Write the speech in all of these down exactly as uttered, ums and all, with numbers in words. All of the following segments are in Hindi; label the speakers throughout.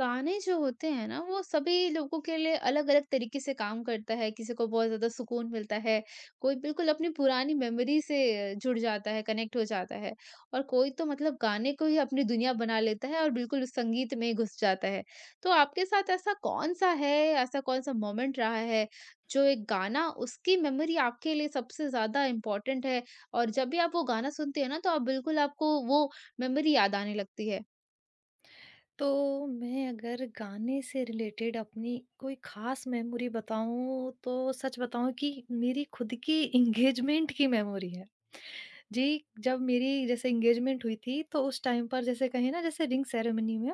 Speaker 1: गाने जो होते हैं ना वो सभी लोगों के लिए अलग-अलग तरीके से काम करता है। किसी को बहुत ज़्यादा सुकून मिलता है, कोई बिल्कुल अपनी पुरानी मेमोरी से जुड़ जाता है, कनेक्ट हो जाता है और कोई तो मतलब गाने को ही अपनी दुनिया बना लेता है और बिल्कुल उस संगीत में ही घुस जाता है। तो आपके साथ ऐसा कौन-सा है, ऐसा कौन-सा मोमेंट रहा है जो एक गाना उसकी मेमोरी आपके लिए सबसे ज़्यादा इम्पोर्टेंट है और जब भी आप वो गाना सुनते हैं ना तो आप बिल्कुल आपको वो मेमोरी याद आने लगती है?
Speaker 2: तो मैं अगर गाने से रिलेटेड अपनी कोई ख़ास मेमोरी बताऊँ, तो सच बताऊँ कि मेरी खुद की एंगेजमेंट की मेमोरी है। जी, जब मेरी जैसे एंगेजमेंट हुई थी, तो उस टाइम पर जैसे कहें ना जैसे रिंग सेरेमनी में,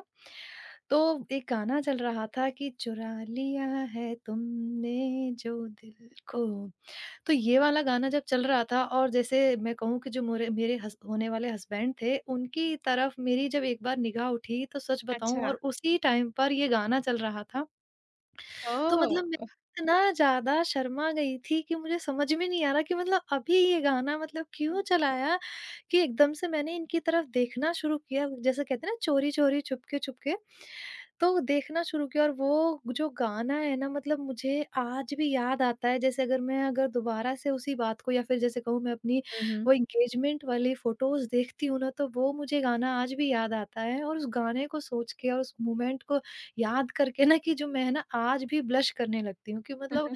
Speaker 2: तो एक गाना चल रहा था कि चुरा लिया है तुमने जो दिल को। तो ये वाला गाना जब चल रहा था और जैसे मैं कहूँ कि जो मोरे मेरे हस होने वाले हस्बैंड थे, उनकी तरफ मेरी जब एक बार निगाह उठी, तो सच बताऊँ
Speaker 1: अच्छा।
Speaker 2: और उसी टाइम पर ये गाना चल रहा था। तो मतलब मैं
Speaker 1: ओह!
Speaker 2: इतना ज़्यादा शर्मा गई थी कि मुझे समझ में नहीं आ रहा कि मतलब अभी ये गाना मतलब क्यों चलाया, कि एकदम से मैंने इनकी तरफ देखना शुरू किया, जैसे कहते हैं ना, चोरी-चोरी, छुपके-छुपके। तो देखना शुरू किया, और वो जो गाना है ना मतलब मुझे आज भी याद आता है, जैसे अगर मैं अगर दोबारा से उसी बात को, या फिर जैसे कहूँ मैं अपनी
Speaker 1: Hı hı.
Speaker 2: वो एंगेजमेंट वाली फ़ोटोज़ देखती हूँ ना तो वो मुझे गाना आज भी याद आता है, और उस गाने को सोच के और उस मोमेंट को याद करके ना, कि जो मैं ना आज भी ब्लश करने लगती हूँ, कि मतलब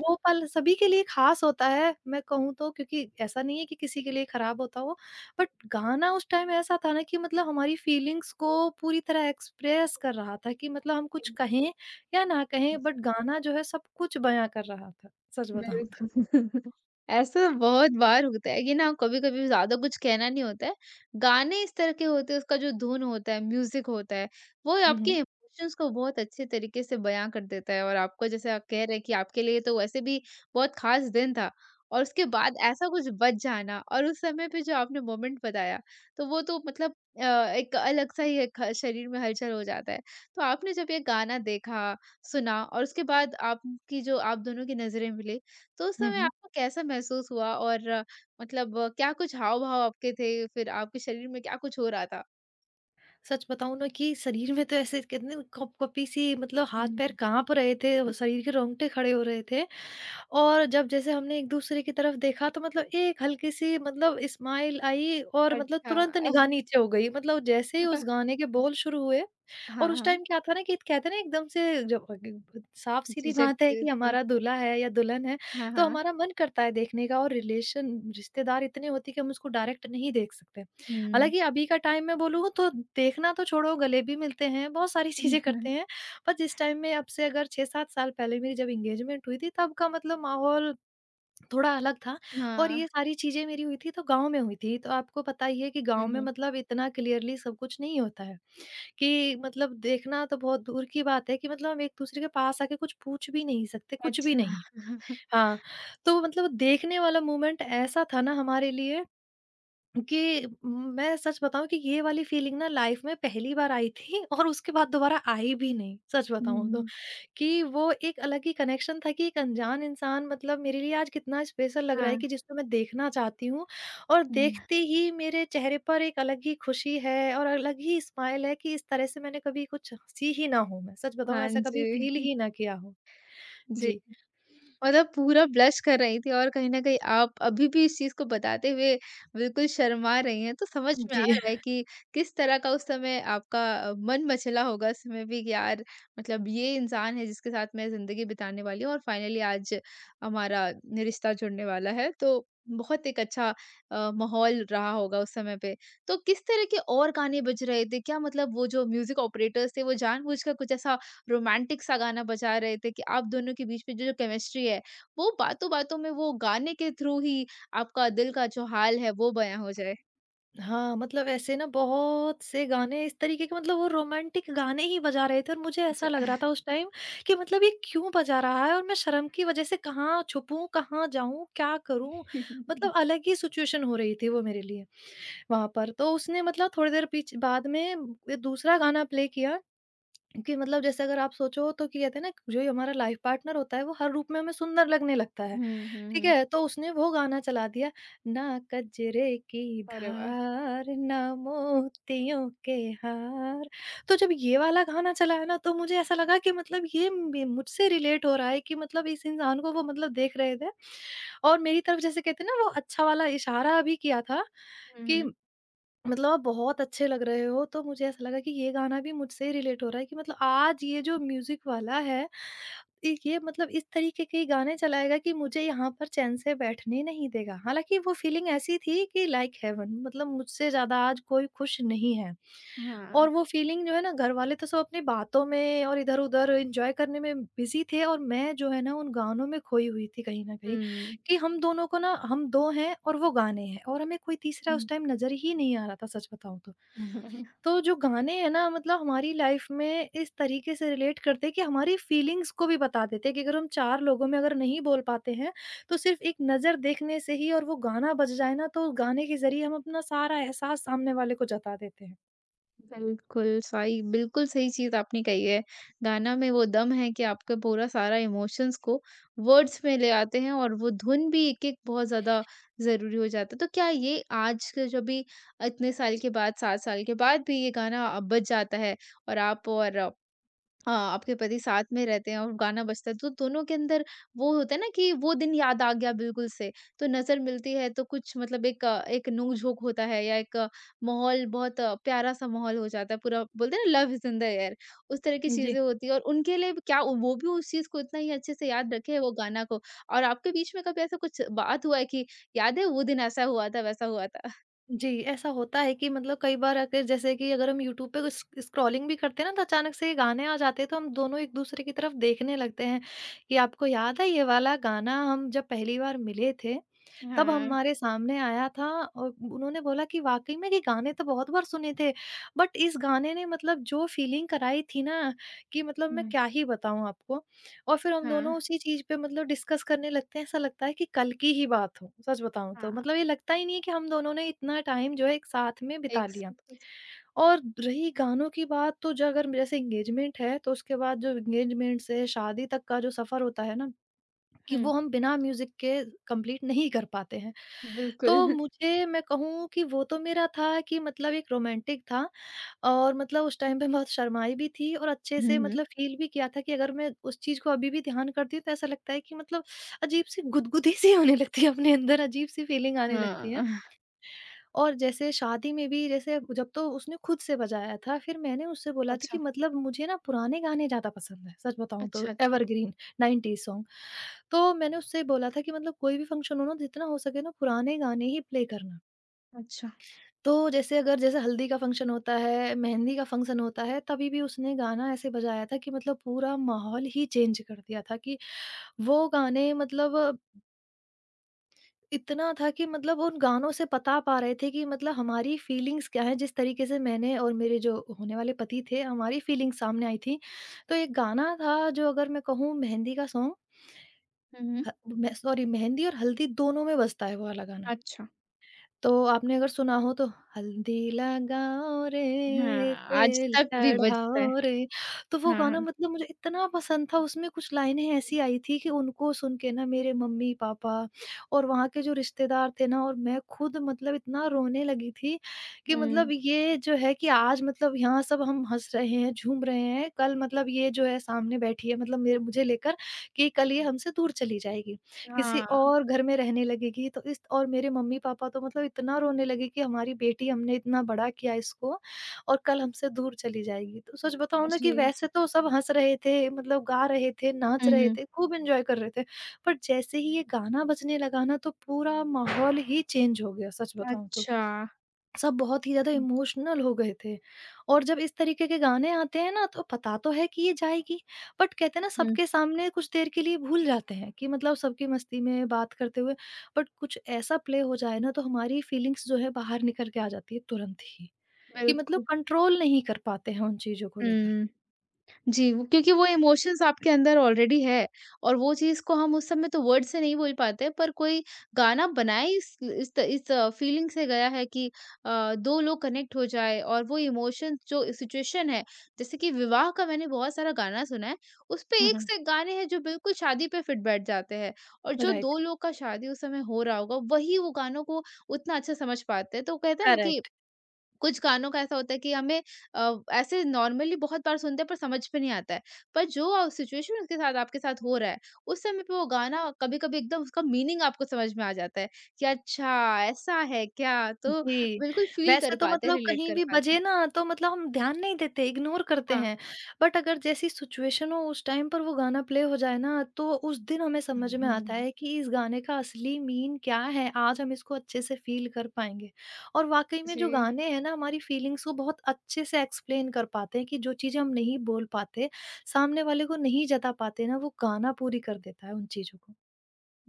Speaker 2: वो पल सभी के लिए खास होता है मैं कहूँ तो, क्योंकि ऐसा नहीं है कि किसी के लिए खराब होता हो। बट गाना उस टाइम ऐसा था ना कि मतलब हमारी फीलिंग्स को पूरी तरह एक्सप्रेस कर रहा था, कि मतलब हम कुछ
Speaker 1: Ektim.
Speaker 2: कहें या ना कहें, बट गाना जो है सब कुछ बयां कर रहा था सच बताऊं तो।
Speaker 1: बिल्कुल। ऐसा बहुत बार होता है कि ना कभी-कभी ज़्यादा कुछ कहना नहीं होता है। गाने इस तरह के होते हैं उसका जो धुन होता है, म्यूज़िक होता है, वो आपके
Speaker 2: हम्म,
Speaker 1: इमोशंस को बहुत अच्छे तरीके से बयाँ कर देता है और आपको जैसे आप कह रहे हैं कि आपके लिए तो वैसे भी बहुत ख़ास दिन था और उसके बाद ऐसा कुछ बच जाना और उस समय पे जो आपने मोमेंट बताया, तो वो तो मतलब अ, एक अलग-सा ही एक शरीर में हलचल हो जाता है। तो आपने जब ये गाना देखा, सुना और उसके बाद आपकी जो आप दोनों की नज़रें मिली, तो उस
Speaker 2: हम्म,
Speaker 1: समय
Speaker 2: हम्म।
Speaker 1: आपको कैसा महसूस हुआ और अ, मतलब अ, क्या कुछ हाव-भाव आपके थे? फिर आपके शरीर में क्या कुछ हो रहा था?
Speaker 2: सच बताऊं ना कि शरीर में तो ऐसे कितने कप कपी सी, मतलब हाथ पैर
Speaker 1: हुँ।
Speaker 2: कांप रहे थे, शरीर के रोंगटे खड़े हो रहे थे। और जब जैसे हमने एक-दूसरे की तरफ देखा तो मतलब एक हल्की-सी मतलब स्माइल आई, और मतलब
Speaker 1: अच्छा।
Speaker 2: तुरंत निगाह नीचे हो गई। मतलब जैसे ही उस गाने के बोल शुरू हुए, और
Speaker 1: हाँ,
Speaker 2: उस
Speaker 1: हाँ।
Speaker 2: टाइम क्या था ना कि कहते हैं ना, एकदम से जब अग साफ-सीधी
Speaker 1: झिझक
Speaker 2: बात है
Speaker 1: भी
Speaker 2: कि
Speaker 1: थी।
Speaker 2: हमारा दूल्हा है या दुल्हन है,
Speaker 1: हाँ,
Speaker 2: तो
Speaker 1: हाँ।
Speaker 2: हमारा मन करता है देखने का, और रिलेशन रिश्तेदार इतने होते हैं कि हम उसको डायरेक्ट नहीं देख सकते।
Speaker 1: हुँ।
Speaker 2: हालाँकि अभी का टाइम मैं बोलूँ तो देखना तो छोड़ो, गले भी मिलते हैं, बहुत सारी चीज़ें करते हैं। पर जिस टाइम में अब से अगर छह सात साल पहले मेरी जब एंगेजमेंट हुई थी, तब का मतलब माहौल थोड़ा अलग था। और
Speaker 1: हाँ।
Speaker 2: ये सारी चीज़ें मेरी हुई थी, तो गाँव में हुई थी। तो आपको पता ही है कि
Speaker 1: हुँ,
Speaker 2: गाँव में
Speaker 1: हुँ।
Speaker 2: मतलब इतना क्लियरली सब कुछ नहीं होता है, कि मतलब देखना तो बहुत दूर की बात है, कि मतलब हम एक-दूसरे के पास आके कुछ पूछ भी नहीं सकते, कुछ भी
Speaker 1: अच्छा।
Speaker 2: नहीं। हाँ, तो मतलब देखने वाला मोमेंट ऐसा था ना हमारे लिए, कि मैं सच बताऊँ कि ये वाली फीलिंग ना लाइफ में पहली बार आई थी और उसके बाद दोबारा आई भी नहीं, सच
Speaker 1: हुँ,
Speaker 2: बताऊँ तो।
Speaker 1: हुँ।
Speaker 2: कि वो एक अलग ही कनेक्शन था, कि एक अनजान इंसान मतलब मेरे लिए आज कितना स्पेशल लग रहा है,
Speaker 1: हाँ।
Speaker 2: कि जिसको मैं देखना चाहती हूँ और
Speaker 1: हुँ।
Speaker 2: देखते ही मेरे चेहरे पर एक अलग ही खुशी है और अलग ही स्माइल है, कि इस तरह से मैंने कभी कुछ हँसी ही ना हो मैं, सच बताऊँ
Speaker 1: हाँ
Speaker 2: ऐसा कभी
Speaker 1: जी।
Speaker 2: फ़ील ही ना किया हो।
Speaker 1: जी।
Speaker 2: जी।
Speaker 1: मतलब पूरा ब्लश कर रही थी और कहीं न कहीं आप अभी भी इस चीज़ को बताते हुए बिल्कुल शर्मा रही हैं, तो समझ में आ
Speaker 2: जी।
Speaker 1: रहा है कि किस तरह का उस समय आपका अ, मन मचला होगा उस समय भी कि यार मतलब ये इंसान है जिसके साथ मैं ज़िंदगी बिताने वाली हूँ और फाइनली आज हमारा रिश्ता जुड़ने वाला है। तो बहुत एक अच्छा अ, माहौल रहा होगा उस समय पे। तो किस तरह के और गाने बज रहे थे? क्या मतलब वो जो म्यूज़िक ऑपरेटर्स थे वो जानबूझकर कुछ ऐसा रोमांटिक सा गाना बजा रहे थे कि आप दोनों के बीच में जो जो केमिस्ट्री है, वो बातों-बातों में वो गाने के थ्रू ही आपका दिल का जो हाल है वो बयाँ हो जाए।
Speaker 2: हाँ, मतलब ऐसे ना बहुत से गाने इस तरीके के, मतलब वो रोमांटिक गाने ही बजा रहे थे, और मुझे
Speaker 1: अच्छा।
Speaker 2: ऐसा लग रहा था उस टाइम कि मतलब ये क्यों बजा रहा है, और मैं शर्म की वजह से कहाँ छुपूँ, कहाँ जाऊँ, क्या करूँ? मतलब अलग ही सिचुएशन हो रही थी वो मेरे लिए वहाँ पर। तो उसने मतलब थोड़ी देर पीछ बाद में ये दूसरा गाना प्ले किया, कि मतलब जैसे अगर आप सोचो तो, कि कहते हैं ना जो ये हमारा लाइफ पार्टनर होता है वो हर रूप में हमें सुंदर लगने लगता है,
Speaker 1: हुँ, हुँ,
Speaker 2: ठीक
Speaker 1: हुँ।
Speaker 2: है? तो उसने वो गाना चला दिया, ना कजरे की
Speaker 1: अरे वाह!
Speaker 2: धार ना मोतियों के हार। तो जब ये वाला गाना चला है ना तो मुझे ऐसा लगा कि मतलब ये मे मुझसे रिलेट हो रहा है, कि मतलब इस इंसान को वो मतलब देख रहे थे, और मेरी तरफ जैसे कहते हैं ना वो अच्छा वाला इशारा भी किया था
Speaker 1: हुँ,
Speaker 2: कि
Speaker 1: हुँ।
Speaker 2: मतलब आप बहुत अच्छे लग रहे हो, तो मुझे ऐसा लगा कि ये गाना भी मुझसे रिलेट हो रहा है, कि मतलब आज ये जो म्यूज़िक वाला है, इ ये मतलब इस तरीके के ही गाने चलाएगा कि मुझे यहाँ पर चैन से बैठने नहीं देगा। हालाँकि वो फ़ीलिंग ऐसी थी कि लाइक हेवन, मतलब मुझसे ज़्यादा आज कोई खुश नहीं है।
Speaker 1: हाँ।
Speaker 2: और वो फ़ीलिंग जो है ना, घरवाले तो सब अपनी बातों में और इधर-उधर एन्जॉय करने में बिज़ी थे, और मैं जो है ना उन गानों में खोई हुई थी कहीं न कहीं।
Speaker 1: हुँ।
Speaker 2: कि हम दोनों को ना, हम दो हैं और वो गाने हैं, और हमें कोई तीसरा
Speaker 1: हुँ।
Speaker 2: उस टाइम नज़र ही नहीं आ रहा था सच बताऊँ तो। तो जो गाने हैं ना मतलब हमारी लाइफ़ में इस तरीके से रिलेट करते हैं, कि हमारी फीलिंग्स को भी बता देते हैं, कि अगर हम चार लोगों में अगर नहीं बोल पाते हैं, तो सिर्फ़ एक नज़र देखने से ही और वो गाना बज जाए ना तो गाने के ज़रिए हम अपना सारा एहसास सामने वाले को जता देते हैं।
Speaker 1: बिल्कुल, सही बिल्कुल सही चीज़ आपने कही है। गाना में वो दम है कि आपका पूरा सारा इमोशंस को वर्ड्स में ले आते हैं और वो धुन भी एक-एक बहुत ज़्यादा ज़रूरी हो जाता है। तो क्या ये आज के जो भी इतने साल के बाद, सात साल के बाद भी ये गाना अ, बज जाता है और आप और अ, आपके पति साथ में रहते हैं और गाना बजता है तो दोनों के अंदर वो होता है ना कि वो दिन याद आ गया बिल्कुल से तो नजर मिलती है तो कुछ मतलब एक अ, एक नोक-झोंक होता है या एक अ, माहौल बहुत अ, प्यारा सा माहौल हो जाता है पूरा बोलते हैं ना love is in the air उस तरह की
Speaker 2: जी।
Speaker 1: चीजें होती है और उनके लिए भी क्या वो भी उस चीज को इतना ही अच्छे से याद रखे है वो गाना को और आपके बीच में कभी ऐसा कुछ बात हुआ है कि याद है वो दिन ऐसा हुआ था वैसा हुआ था
Speaker 2: जी, ऐसा होता है कि मतलब कई बार अगर जैसे कि अगर हम यूट्यूब पे कुछ स्क्रॉलिंग भी करते हैं ना, तो अचानक से ये गाने आ जाते हैं, तो हम दोनों एक-दूसरे की तरफ देखने लगते हैं कि आपको याद है ये वाला गाना हम जब पहली बार मिले थे, तब
Speaker 1: हाँ
Speaker 2: हमारे सामने आया था, और उन्होंने बोला कि वाक़ई में ये गाने तो बहुत बार सुने थे, बट इस गाने ने मतलब जो फ़ीलिंग कराई थी ना, कि मतलब मैं
Speaker 1: हुँ,
Speaker 2: क्या ही बताऊँ आपको। और फिर हम
Speaker 1: हाँ
Speaker 2: दोनों उसी चीज़ पे मतलब डिस्कस करने लगते हैं, ऐसा लगता है कि कल की ही बात हो, सच बताऊँ तो।
Speaker 1: हाँ
Speaker 2: मतलब ये लगता ही नहीं है कि हम दोनों ने इतना टाइम जो है एक साथ में बिता
Speaker 1: एक
Speaker 2: लिया।
Speaker 1: साथ कुछ
Speaker 2: और रही गानों की बात, तो जो अगर जैसे एंगेजमेंट है, तो उसके बाद जो एंगेजमेंट से शादी तक का जो सफ़र होता है ना, कि
Speaker 1: हुँ,
Speaker 2: वो हम बिना म्यूज़िक के कंप्लीट नहीं कर पाते हैं। तो
Speaker 1: बिल्कुल।
Speaker 2: मुझे मैं कहूँ कि वो तो मेरा था कि मतलब एक रोमांटिक था, और मतलब उस टाइम पे बहुत शर्माई भी थी और अच्छे
Speaker 1: हुँ,
Speaker 2: से
Speaker 1: हुँ।
Speaker 2: मतलब फ़ील भी किया था, कि अगर मैं उस चीज़ को अभी भी ध्यान करती हूँ तो ऐसा लगता है कि मतलब अजीब-सी गुदगुदी सी होने लगती है अपने अंदर, अजीब-सी फ़ीलिंग आने लगती है।
Speaker 1: हाँ,
Speaker 2: और जैसे शादी में भी, जैसे जब तो उसने खुद से बजाया था, फिर मैंने उससे बोला था
Speaker 1: अच्छा,
Speaker 2: कि मतलब मुझे ना पुराने गाने ज़्यादा पसंद हैं, सच बताऊँ तो
Speaker 1: अच्छा, अच्छा,
Speaker 2: एवरग्रीन नाइंटीज़ सॉन्ग। तो मैंने उससे बोला था कि मतलब कोई भी फंक्शन हो ना, जितना हो सके ना पुराने गाने ही प्ले करना।
Speaker 1: अच्छा।
Speaker 2: तो जैसे अगर जैसे हल्दी का फंक्शन होता है, मेहंदी का फंक्शन होता है, तभी भी उसने गाना ऐसे बजाया था कि मतलब पूरा माहौल ही चेंज कर दिया था, कि वो गाने मतलब इतना था कि मतलब उन गानों से बता पा रहे थे कि मतलब हमारी फीलिंग्स क्या हैं, जिस तरीके से मैंने और मेरे जो होने वाले पति थे, हमारी फीलिंग्स सामने आई थी। तो एक गाना था जो अगर मैं कहूँ मेहंदी का सॉन्ग,
Speaker 1: हुँ, हुँ।
Speaker 2: ह मैं सॉरी, मेहंदी और हल्दी दोनों में बजता है वो वाला गाना।
Speaker 1: अच्छा,
Speaker 2: तो आपने अगर सुना हो तो, हल्दी लगाओ रे
Speaker 1: हाँ, आज
Speaker 2: तेल
Speaker 1: तक भी बजता है।
Speaker 2: चढ़ाओ रे। तो वो
Speaker 1: हाँ, हाँ।
Speaker 2: गाना मतलब मुझे इतना पसंद था, उसमें कुछ लाइनें ऐसी आई थी कि उनको सुन के ना मेरे मम्मी पापा और वहाँ के जो रिश्तेदार थे ना, और मैं खुद मतलब इतना रोने लगी थी कि मतलब
Speaker 1: हुँ,
Speaker 2: ये जो है कि आज मतलब यहाँ सब हम हंस रहे हैं, झूम रहे हैं, कल मतलब ये जो है सामने बैठी है मतलब मेरे, मुझे लेकर कि कल ये हमसे दूर चली जाएगी, किसी
Speaker 1: हाँ,
Speaker 2: और घर में रहने लगेगी, तो इस और मेरे मम्मी-पापा तो मतलब इतना रोने लगे कि हमारी बेटी, हमने इतना बड़ा किया इसको, और कल हमसे दूर चली जाएगी। तो सच बताऊँ ना कि
Speaker 1: जी।
Speaker 2: वैसे तो सब हँस रहे थे, मतलब गा रहे थे, नाच
Speaker 1: हुँ,
Speaker 2: रहे
Speaker 1: हुँ।
Speaker 2: थे, खूब एन्जॉय कर रहे थे। पर जैसे ही ये गाना बजने लगा ना तो पूरा माहौल ही चेंज हो गया सच बताऊँ तो।
Speaker 1: अच्छा।
Speaker 2: सब बहुत ही ज़्यादा
Speaker 1: हुँ,
Speaker 2: इमोशनल हो गए थे, और जब इस तरीके के गाने आते हैं ना तो पता तो है कि ये जाएगी, बट कहते हैं ना
Speaker 1: हुँ,
Speaker 2: सबके सामने कुछ देर के लिए भूल जाते हैं कि मतलब सबकी मस्ती में बात करते हुए बट कुछ ऐसा प्ले हो जाए ना तो हमारी फीलिंग्स जो है बाहर निकल के आ जाती है तुरंत ही कि मतलब
Speaker 1: बिल्कुल।
Speaker 2: कंट्रोल नहीं कर पाते हैं उन चीज़ों को लेकर।
Speaker 1: हुँ। जी, वो क्योंकि वो इमोशंस आपके अंदर ऑलरेडी है और वो चीज़ को हम उस समय तो वर्ड से नहीं बोल पाते पर कोई गाना बनाए इस इस त इस फीलिंग से गया है कि अ, दो लोग कनेक्ट हो जाए और वो इमोशंस जो सिचुएशन है, जैसे कि विवाह का मैंने बहुत सारा गाना सुना है, उसपे एक से एक गाने हैं जो बिल्कुल शादी पे फिट बैठ जाते हैं और जो
Speaker 2: राइट।
Speaker 1: दो लोग का शादी उस समय हो रहा होगा, वही वो गानों को उतना अच्छा समझ पाते हैं। तो कहते हैं ना कि
Speaker 2: करेक्ट।
Speaker 1: कुछ गानों का ऐसा होता है कि हमें अ, ऐसे नॉर्मली बहुत बार सुनते हैं पर समझ में नहीं आता है। पर जो सिचुएशन उसके साथ आपके साथ हो रहा है, उस समय पे वो गाना कभी-कभी एकदम उसका मीनिंग आपको समझ में आ जाता है कि अच्छा ऐसा है क्या? तो
Speaker 2: जी,
Speaker 1: बिल्कुल फ़ील कर
Speaker 2: वैसे तो
Speaker 1: पाते हैं,
Speaker 2: मतलब
Speaker 1: रिलेट
Speaker 2: कहीं
Speaker 1: कर
Speaker 2: भी
Speaker 1: पाते
Speaker 2: बजे
Speaker 1: हैं।
Speaker 2: ना तो मतलब हम ध्यान नहीं देते, इग्नोर करते
Speaker 1: हाँ।
Speaker 2: हैं। बट अगर जैसी सिचुएशन हो उस टाइम पर वो गाना प्ले हो जाए ना तो उस दिन हमें समझ में आता है कि इस गाने का असली मीन क्या है, आज हम इसको अच्छे से फ़ील कर पाएँगे। और वाक़ई में जो
Speaker 1: जी।
Speaker 2: गाने हैं ना हमारी फ़ीलिंग्स को बहुत अच्छे से एक्सप्लेन कर पाते हैं कि जो चीज़ें हम नहीं बोल पाते, सामने वाले को नहीं जता पाते ना, वो गाना पूरी कर देता है उन चीज़ों को।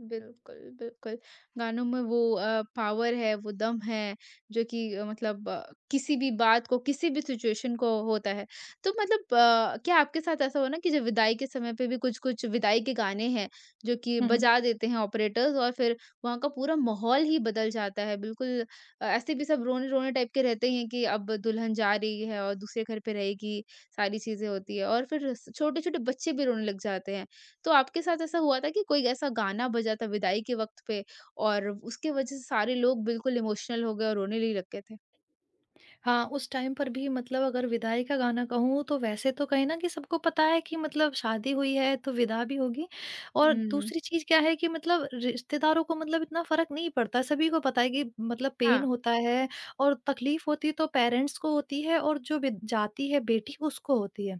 Speaker 1: बिल्कुल, बिल्कुल। गानों में वो अ, पावर है, वो दम है, जो कि अ, मतलब अ, किसी भी बात को, किसी भी सिचुएशन को होता है। तो मतलब अ, क्या आपके साथ ऐसा हुआ ना कि जब विदाई के समय पे भी कुछ-कुछ विदाई के गाने हैं, जो कि
Speaker 2: हुँ, हुँ।
Speaker 1: बजा देते हैं ऑपरेटर्स और फिर वहाँ का पूरा माहौल ही बदल जाता है। बिल्कुल अ, ऐसे भी सब रोने-रोने टाइप के रहते ही हैं कि अब दुल्हन जा रही है और दूसरे घर पे रहेगी, सारी चीज़ें होती हैं और फिर स छोटे-छोटे बच्चे भी रोने लग जाते हैं। तो आपके साथ ऐसा हुआ था कि कोई ऐसा गाना बजा था विदाई के वक़्त पे और उसके वजह से सारे लोग बिल्कुल इमोशनल हो गए और रोने ही लग गए थे?
Speaker 2: हाँ, उस टाइम पर भी मतलब अगर विदाई का गाना कहूँ, तो वैसे तो कहीं न कि सबको पता है कि मतलब शादी हुई है तो विदा भी होगी। और
Speaker 1: हुँ।
Speaker 2: दूसरी चीज़ क्या है कि मतलब रिश्तेदारों को मतलब इतना फ़र्क नहीं पड़ता। सभी को पता है कि मतलब पेन
Speaker 1: हाँ।
Speaker 2: होता है, और तकलीफ़ होती तो पेरेंट्स को होती है और जो विद जाती है बेटी, उसको होती है।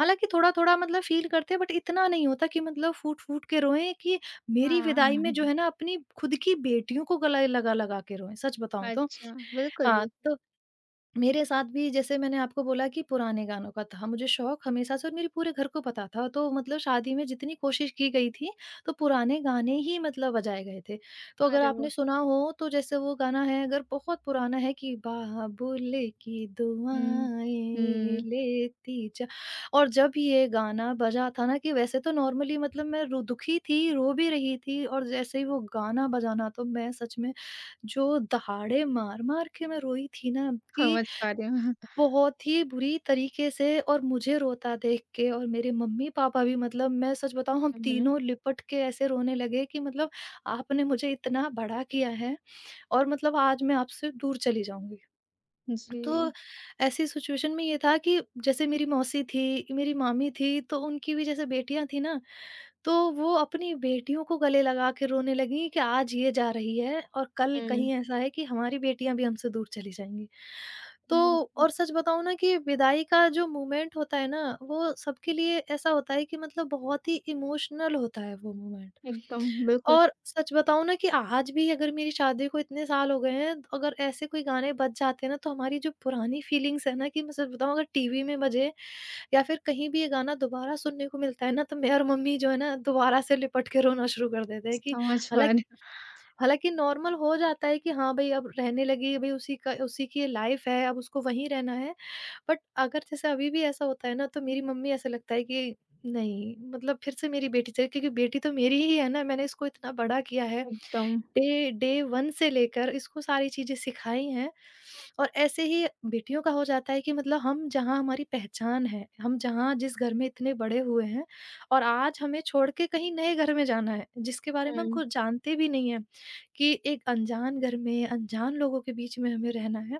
Speaker 2: हालाँकि थोड़ा-थोड़ा मतलब फ़ील करते हैं, बट इतना नहीं होता कि मतलब फूट-फूट के रोएँ कि मेरी
Speaker 1: हाँ।
Speaker 2: विदाई में जो है ना, अपनी खुद की बेटियों को गले लगा-लगा के रोएँ, सच बताऊँ तो।
Speaker 1: अच्छा, बिल्कुल,
Speaker 2: हाँ,
Speaker 1: बिल्कुल।
Speaker 2: तो मेरे साथ भी, जैसे मैंने आपको बोला कि पुराने गानों का था, मुझे शौक हमेशा से, और मेरे पूरे घर को पता था, तो मतलब शादी में जितनी कोशिश की गई थी, तो पुराने गाने ही मतलब बजाए गए थे। तो अगर
Speaker 1: अरे वाह!
Speaker 2: आपने सुना हो, तो जैसे वो गाना है, अगर बहुत पुराना है, कि बाबुल की
Speaker 1: हुँ।
Speaker 2: दुआएँ
Speaker 1: हुँ।
Speaker 2: लेती जा। और जब ये गाना बजा था ना कि वैसे तो नॉर्मली मतलब मैं रो दुखी थी, रो भी रही थी, और जैसे ही वो गाना बजाना तो मैं सच में जो दहाड़े मार-मार के मैं रोई थी ना कि
Speaker 1: समझ पा रही हूँ।
Speaker 2: बहुत ही बुरी तरीके से। और मुझे रोता देख के, और मेरे मम्मी-पापा भी, मतलब मैं सच बताऊँ, हम
Speaker 1: हुँ, हुँ।
Speaker 2: तीनों लिपट के ऐसे रोने लगे कि मतलब आपने मुझे इतना बड़ा किया है और मतलब आज मैं आपसे दूर चली जाऊँगी। तो
Speaker 1: जी।
Speaker 2: ऐसी सिचुएशन में ये था कि जैसे मेरी मौसी थी, मेरी मामी थी, तो उनकी भी जैसे बेटियाँ थी ना, तो वो अपनी बेटियों को गले लगा के रोने लगी कि आज ये जा रही है और कल
Speaker 1: हुँ।
Speaker 2: कहीं ऐसा है कि हमारी बेटियां भी हमसे दूर चली जाएंगी। तो
Speaker 1: बिल्कुल,
Speaker 2: और सच बताऊँ ना कि विदाई का जो मोमेंट होता है ना, वो सबके लिए ऐसा होता है कि मतलब बहुत ही इमोशनल होता है वो मोमेंट।
Speaker 1: एकदम बिल्कुल
Speaker 2: और सच बताऊँ ना कि आज भी, अगर मेरी शादी को इतने साल हो गए हैं, तो अगर ऐसे कोई गाने बज जाते हैं ना, तो हमारी जो पुरानी फीलिंग्स है ना, कि मैं सच बताऊँ, अगर टीवी में बजे या फिर कहीं भी ये गाना दोबारा सुनने को मिलता है ना, तो मैं और मम्मी जो है ना, दोबारा से लिपट के रोना शुरू कर देते हैं कि
Speaker 1: समझ पा
Speaker 2: हालाँकि
Speaker 1: रही
Speaker 2: हालाँकि नॉर्मल हो जाता है कि हाँ, भई अब रहने लगी है, भई उसी का उसी की लाइफ़ है, अब उसको वहीं रहना है। बट अगर जैसे अभी भी ऐसा होता है ना तो मेरी मम्मी ऐसा लगता है कि नहीं, मतलब फिर से मेरी बेटी चाहिए, क्योंकि बेटी तो मेरी ही है ना, मैंने इसको इतना बड़ा किया है,
Speaker 1: हूँ, एकदम।
Speaker 2: डे डे वन से लेकर इसको सारी चीजें सिखाई हैं। और ऐसे ही बेटियों का हो जाता है कि मतलब हम जहाँ हमारी पहचान है, हम जहाँ जिस घर में इतने बड़े हुए हैं, और आज हमें छोड़ के कहीं नए घर में जाना है, जिसके बारे में हम
Speaker 1: हुँ,
Speaker 2: कुछ जानते भी नहीं है, कि एक अनजान घर में अनजान लोगों के बीच में हमें रहना है।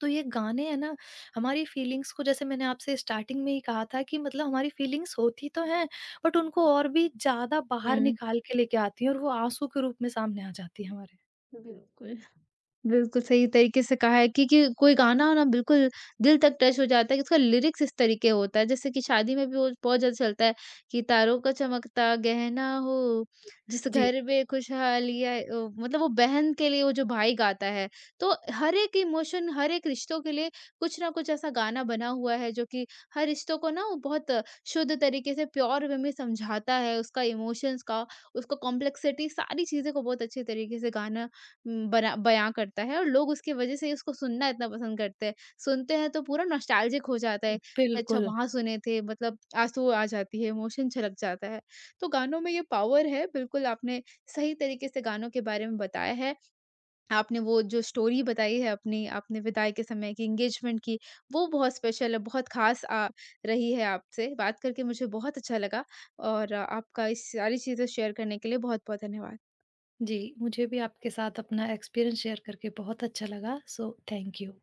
Speaker 2: तो ये गाने हैं ना, हमारी फीलिंग्स को, जैसे मैंने आपसे स्टार्टिंग में ही कहा था कि मतलब हमारी फीलिंग्स होती तो हैं, बट उनको और भी ज़्यादा बाहर
Speaker 1: हुँ।
Speaker 2: निकाल के लेके आती हैं, और वो आंसू के रूप में सामने आ जाती है हमारे।
Speaker 1: बिल्कुल। बिल्कुल सही तरीके से कहा है कि कि कोई गाना ना बिल्कुल दिल तक टच हो जाता है कि उसका लिरिक्स इस तरीके होता है जैसे कि शादी में भी वो बहुत ज़्यादा चलता है कि तारों का चमकता गहना हो जिस
Speaker 2: जी।
Speaker 1: घर में खुशहाली आए ओ, मतलब वो बहन के लिए वो जो भाई गाता है तो हर एक इमोशन हर एक रिश्तों के लिए कुछ ना कुछ ऐसा गाना बना हुआ है जो कि हर रिश्तों को ना वो बहुत शुद्ध तरीके से प्योर वे में समझाता है उसका इमोशंस का उसका कॉम्प्लेक्सिटी सारी चीज़ें को बहुत अच्छे तरीके से गाना उम, बना बयाँ करता है और लोग उसकी वज़ह से ही उसको सुनना इतना पसंद करते हैं। सुनते हैं तो पूरा नॉस्टैल्जिक हो जाता है। अच्छा
Speaker 2: बिल्कुल।
Speaker 1: वहाँ सुने थे मतलब आँसू आ जाती है, इमोशन छलक जाता है। तो गानों में ये पावर है, बिल्कुल आपने सही तरीके से गानों के बारे में बताया है। आपने वो जो स्टोरी बताई है अपनी, आपने विदाई के समय की, एंगेजमेंट की, वो बहुत स्पेशल है, बहुत ख़ास अ, रही है आपसे। बात करके मुझे बहुत अच्छा लगा और आपका इस सारी चीज़ें शेयर करने के लिए बहुत-बहुत धन्यवाद।
Speaker 2: जी, मुझे भी आपके साथ अपना एक्सपीरियंस शेयर करके बहुत अच्छा लगा। So thank you.